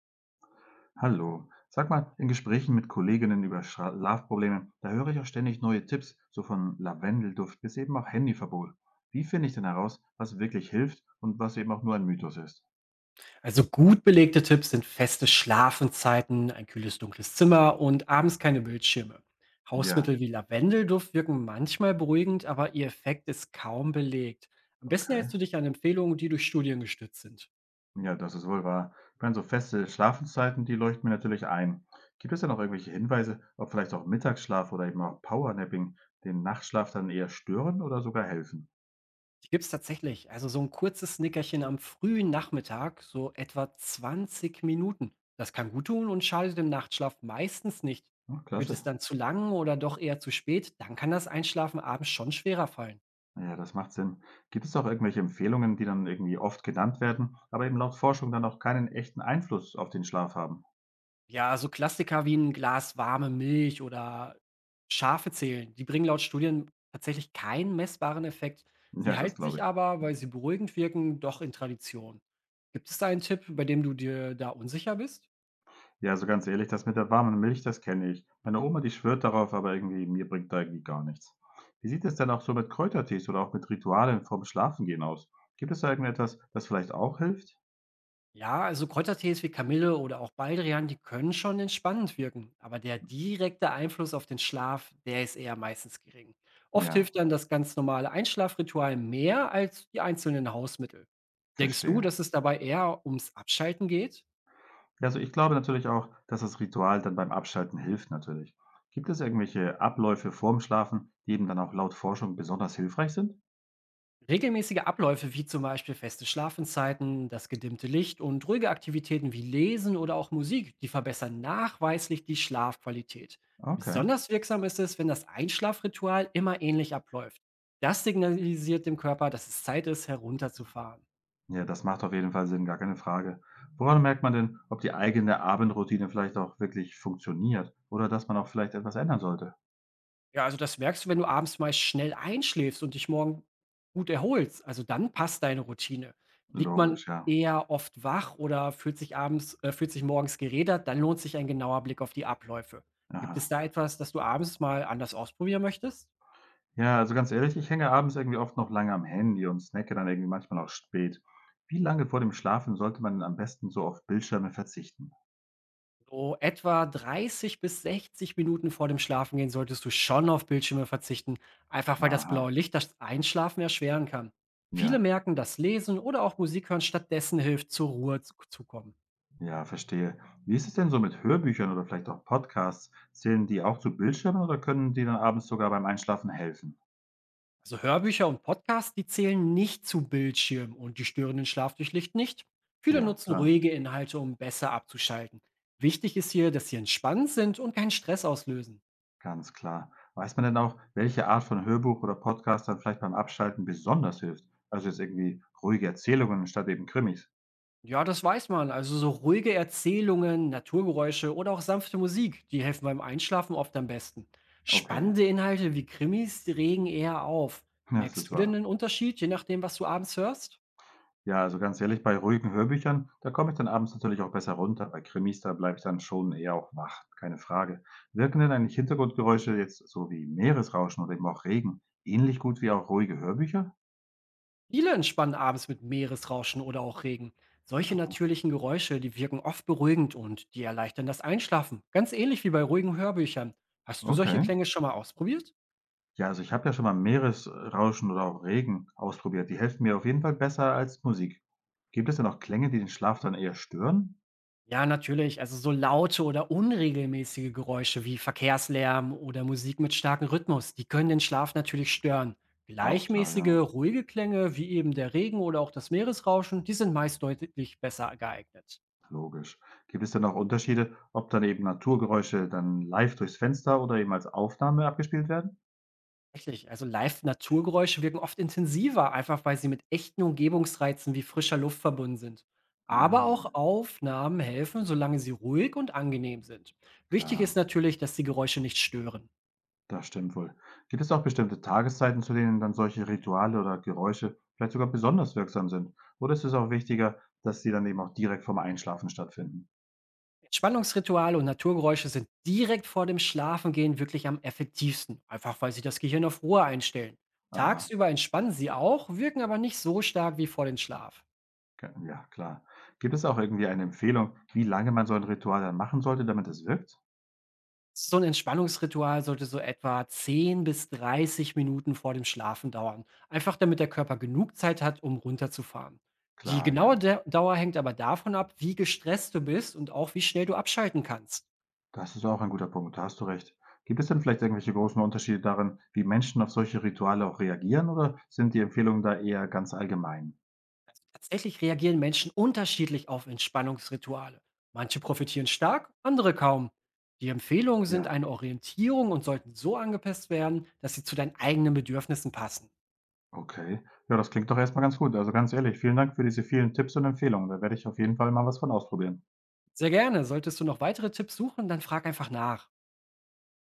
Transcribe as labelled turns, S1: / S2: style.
S1: Hallo. Sag mal, in Gesprächen mit Kolleginnen über Schlafprobleme, da höre ich auch ständig neue Tipps, so von Lavendelduft bis eben auch Handyverbot. Wie finde ich denn heraus, was wirklich hilft und was eben auch nur ein Mythos ist?
S2: Also gut belegte Tipps sind feste Schlafenszeiten, ein kühles, dunkles Zimmer und abends keine Bildschirme.
S1: Ja,
S2: Hausmittel wie Lavendelduft wirken manchmal beruhigend, aber ihr Effekt ist kaum belegt. Am besten
S1: okay.
S2: hältst du dich an Empfehlungen, die durch Studien gestützt sind.
S1: Ja, das ist wohl wahr. Ich meine, so feste Schlafenszeiten, die leuchten mir natürlich ein. Gibt es denn auch irgendwelche Hinweise, ob vielleicht auch Mittagsschlaf oder eben auch Powernapping den Nachtschlaf dann eher stören oder sogar helfen?
S2: Die gibt es tatsächlich. Also so ein kurzes Nickerchen am frühen Nachmittag, so etwa 20 Minuten. Das kann gut tun und schadet dem Nachtschlaf meistens nicht.
S1: Hm,
S2: Wird
S1: klasse.
S2: es dann zu lang oder doch eher zu spät, dann kann das Einschlafen abends schon schwerer fallen.
S1: Ja, das macht Sinn. Gibt es auch irgendwelche Empfehlungen, die dann irgendwie oft genannt werden, aber eben laut Forschung dann auch keinen echten Einfluss auf den Schlaf haben?
S2: Ja, so Klassiker wie ein Glas warme Milch oder Schafe zählen, die bringen laut Studien tatsächlich keinen messbaren Effekt. Sie
S1: Ja, das
S2: halten
S1: glaube
S2: sich
S1: ich.
S2: aber, weil sie beruhigend wirken, doch in Tradition. Gibt es da einen Tipp, bei dem du dir da unsicher bist?
S1: Ja, so ganz ehrlich, das mit der warmen Milch, das kenne ich. Meine Oma, die schwört darauf, aber irgendwie, mir bringt da irgendwie gar nichts. Wie sieht es denn auch so mit Kräutertees oder auch mit Ritualen vorm Schlafengehen aus? Gibt es da irgendetwas, das vielleicht auch hilft?
S2: Ja, also Kräutertees wie Kamille oder auch Baldrian, die können schon entspannend wirken, aber der direkte Einfluss auf den Schlaf, der ist eher meistens gering. Oft
S1: Ja,
S2: hilft dann das ganz normale Einschlafritual mehr als die einzelnen Hausmittel. Denkst du,
S1: verstehe.
S2: dass es dabei eher ums Abschalten geht?
S1: Ja, also ich glaube natürlich auch, dass das Ritual dann beim Abschalten hilft natürlich. Gibt es irgendwelche Abläufe vorm Schlafen, die eben dann auch laut Forschung besonders hilfreich sind?
S2: Regelmäßige Abläufe wie zum Beispiel feste Schlafenszeiten, das gedimmte Licht und ruhige Aktivitäten wie Lesen oder auch Musik, die verbessern nachweislich die Schlafqualität.
S1: Okay.
S2: Besonders wirksam ist es, wenn das Einschlafritual immer ähnlich abläuft. Das signalisiert dem Körper, dass es Zeit ist, herunterzufahren.
S1: Ja, das macht auf jeden Fall Sinn, gar keine Frage. Woran merkt man denn, ob die eigene Abendroutine vielleicht auch wirklich funktioniert oder dass man auch vielleicht etwas ändern sollte?
S2: Ja, also das merkst du, wenn du abends meist schnell einschläfst und dich morgen gut erholst. Also dann passt deine Routine. Liegt man
S1: Logisch, ja.
S2: eher oft wach oder fühlt sich morgens gerädert, dann lohnt sich ein genauer Blick auf die Abläufe. Gibt es
S1: Aha.
S2: da etwas, das du abends mal anders ausprobieren möchtest?
S1: Ja, also ganz ehrlich, ich hänge abends irgendwie oft noch lange am Handy und snacke dann irgendwie manchmal auch spät. Wie lange vor dem Schlafen sollte man am besten so auf Bildschirme verzichten?
S2: So etwa 30 bis 60 Minuten vor dem Schlafengehen solltest du schon auf Bildschirme verzichten, einfach weil das
S1: Aha,
S2: blaue Licht das Einschlafen erschweren kann. Viele
S1: ja.
S2: merken, dass Lesen oder auch Musik hören stattdessen hilft, zur Ruhe zu kommen.
S1: Ja, verstehe. Wie ist es denn so mit Hörbüchern oder vielleicht auch Podcasts? Zählen die auch zu Bildschirmen oder können die dann abends sogar beim Einschlafen helfen?
S2: Also Hörbücher und Podcasts, die zählen nicht zu Bildschirmen und die stören den Schlaf durch Licht nicht. Viele
S1: Ja,
S2: nutzen
S1: klar,
S2: ruhige Inhalte, um besser abzuschalten. Wichtig ist hier, dass sie entspannt sind und keinen Stress auslösen.
S1: ganz klar. Weiß man denn auch, welche Art von Hörbuch oder Podcast dann vielleicht beim Abschalten besonders hilft? Also jetzt irgendwie ruhige Erzählungen statt eben Krimis.
S2: Ja, das weiß man. Also so ruhige Erzählungen, Naturgeräusche oder auch sanfte Musik, die helfen beim Einschlafen oft am besten.
S1: Okay,
S2: Spannende Inhalte wie Krimis die regen eher auf.
S1: das
S2: Merkst
S1: ist
S2: du denn
S1: wahr.
S2: einen Unterschied, je nachdem, was du abends hörst?
S1: Ja, also ganz ehrlich, bei ruhigen Hörbüchern, da komme ich dann abends natürlich auch besser runter. Bei Krimis, da bleibe ich dann schon eher auch wach, keine Frage. Wirken denn eigentlich Hintergrundgeräusche jetzt so wie Meeresrauschen oder eben auch Regen ähnlich gut wie auch ruhige Hörbücher?
S2: Viele entspannen abends mit Meeresrauschen oder auch Regen. Solche natürlichen Geräusche, die wirken oft beruhigend und die erleichtern das Einschlafen. Ganz ähnlich wie bei ruhigen Hörbüchern. Hast du solche
S1: Okay.
S2: Klänge schon mal ausprobiert?
S1: Ja, also ich habe ja schon mal Meeresrauschen oder auch Regen ausprobiert. Die helfen mir auf jeden Fall besser als Musik. Gibt es denn auch Klänge, die den Schlaf dann eher stören?
S2: Ja, natürlich. Also so laute oder unregelmäßige Geräusche wie Verkehrslärm oder Musik mit starkem Rhythmus, die können den Schlaf natürlich stören.
S1: Auch klar,
S2: Gleichmäßige,
S1: ja.
S2: ruhige Klänge wie eben der Regen oder auch das Meeresrauschen, die sind meist deutlich besser geeignet.
S1: Logisch. Gibt es denn auch Unterschiede, ob dann eben Naturgeräusche dann live durchs Fenster oder eben als Aufnahme abgespielt werden?
S2: Tatsächlich, also Live-Naturgeräusche wirken oft intensiver, einfach weil sie mit echten Umgebungsreizen wie frischer Luft verbunden sind. Aber
S1: Ah.
S2: auch Aufnahmen helfen, solange sie ruhig und angenehm sind. Wichtig
S1: Klar,
S2: ist natürlich, dass die Geräusche nicht stören.
S1: das stimmt wohl. Gibt es auch bestimmte Tageszeiten, zu denen dann solche Rituale oder Geräusche vielleicht sogar besonders wirksam sind? Oder ist es auch wichtiger, dass sie dann eben auch direkt vorm Einschlafen stattfinden?
S2: Entspannungsrituale und Naturgeräusche sind direkt vor dem Schlafengehen wirklich am effektivsten, einfach weil sie das Gehirn auf Ruhe einstellen.
S1: Aha,
S2: Tagsüber entspannen sie auch, wirken aber nicht so stark wie vor dem Schlaf.
S1: ja, klar. Gibt es auch irgendwie eine Empfehlung, wie lange man so ein Ritual dann machen sollte, damit es wirkt?
S2: So ein Entspannungsritual sollte so etwa 10 bis 30 Minuten vor dem Schlafen dauern, einfach damit der Körper genug Zeit hat, um runterzufahren. Die
S1: Klar,
S2: genaue
S1: ja.
S2: Dä Dauer hängt aber davon ab, wie gestresst du bist und auch wie schnell du abschalten kannst.
S1: Das ist auch ein guter Punkt, da hast du recht. Gibt es denn vielleicht irgendwelche großen Unterschiede darin, wie Menschen auf solche Rituale auch reagieren, oder sind die Empfehlungen da eher ganz allgemein?
S2: Tatsächlich reagieren Menschen unterschiedlich auf Entspannungsrituale. Manche profitieren stark, andere kaum. Die Empfehlungen sind
S1: Ja.
S2: eine Orientierung und sollten so angepasst werden, dass sie zu deinen eigenen Bedürfnissen passen.
S1: Okay. Ja, das klingt doch erst mal ganz gut. Also, ganz ehrlich, vielen Dank für diese vielen Tipps und Empfehlungen. Da werde ich auf jeden Fall mal was von ausprobieren.
S2: Sehr gerne. Solltest du noch weitere Tipps suchen, dann frag einfach nach.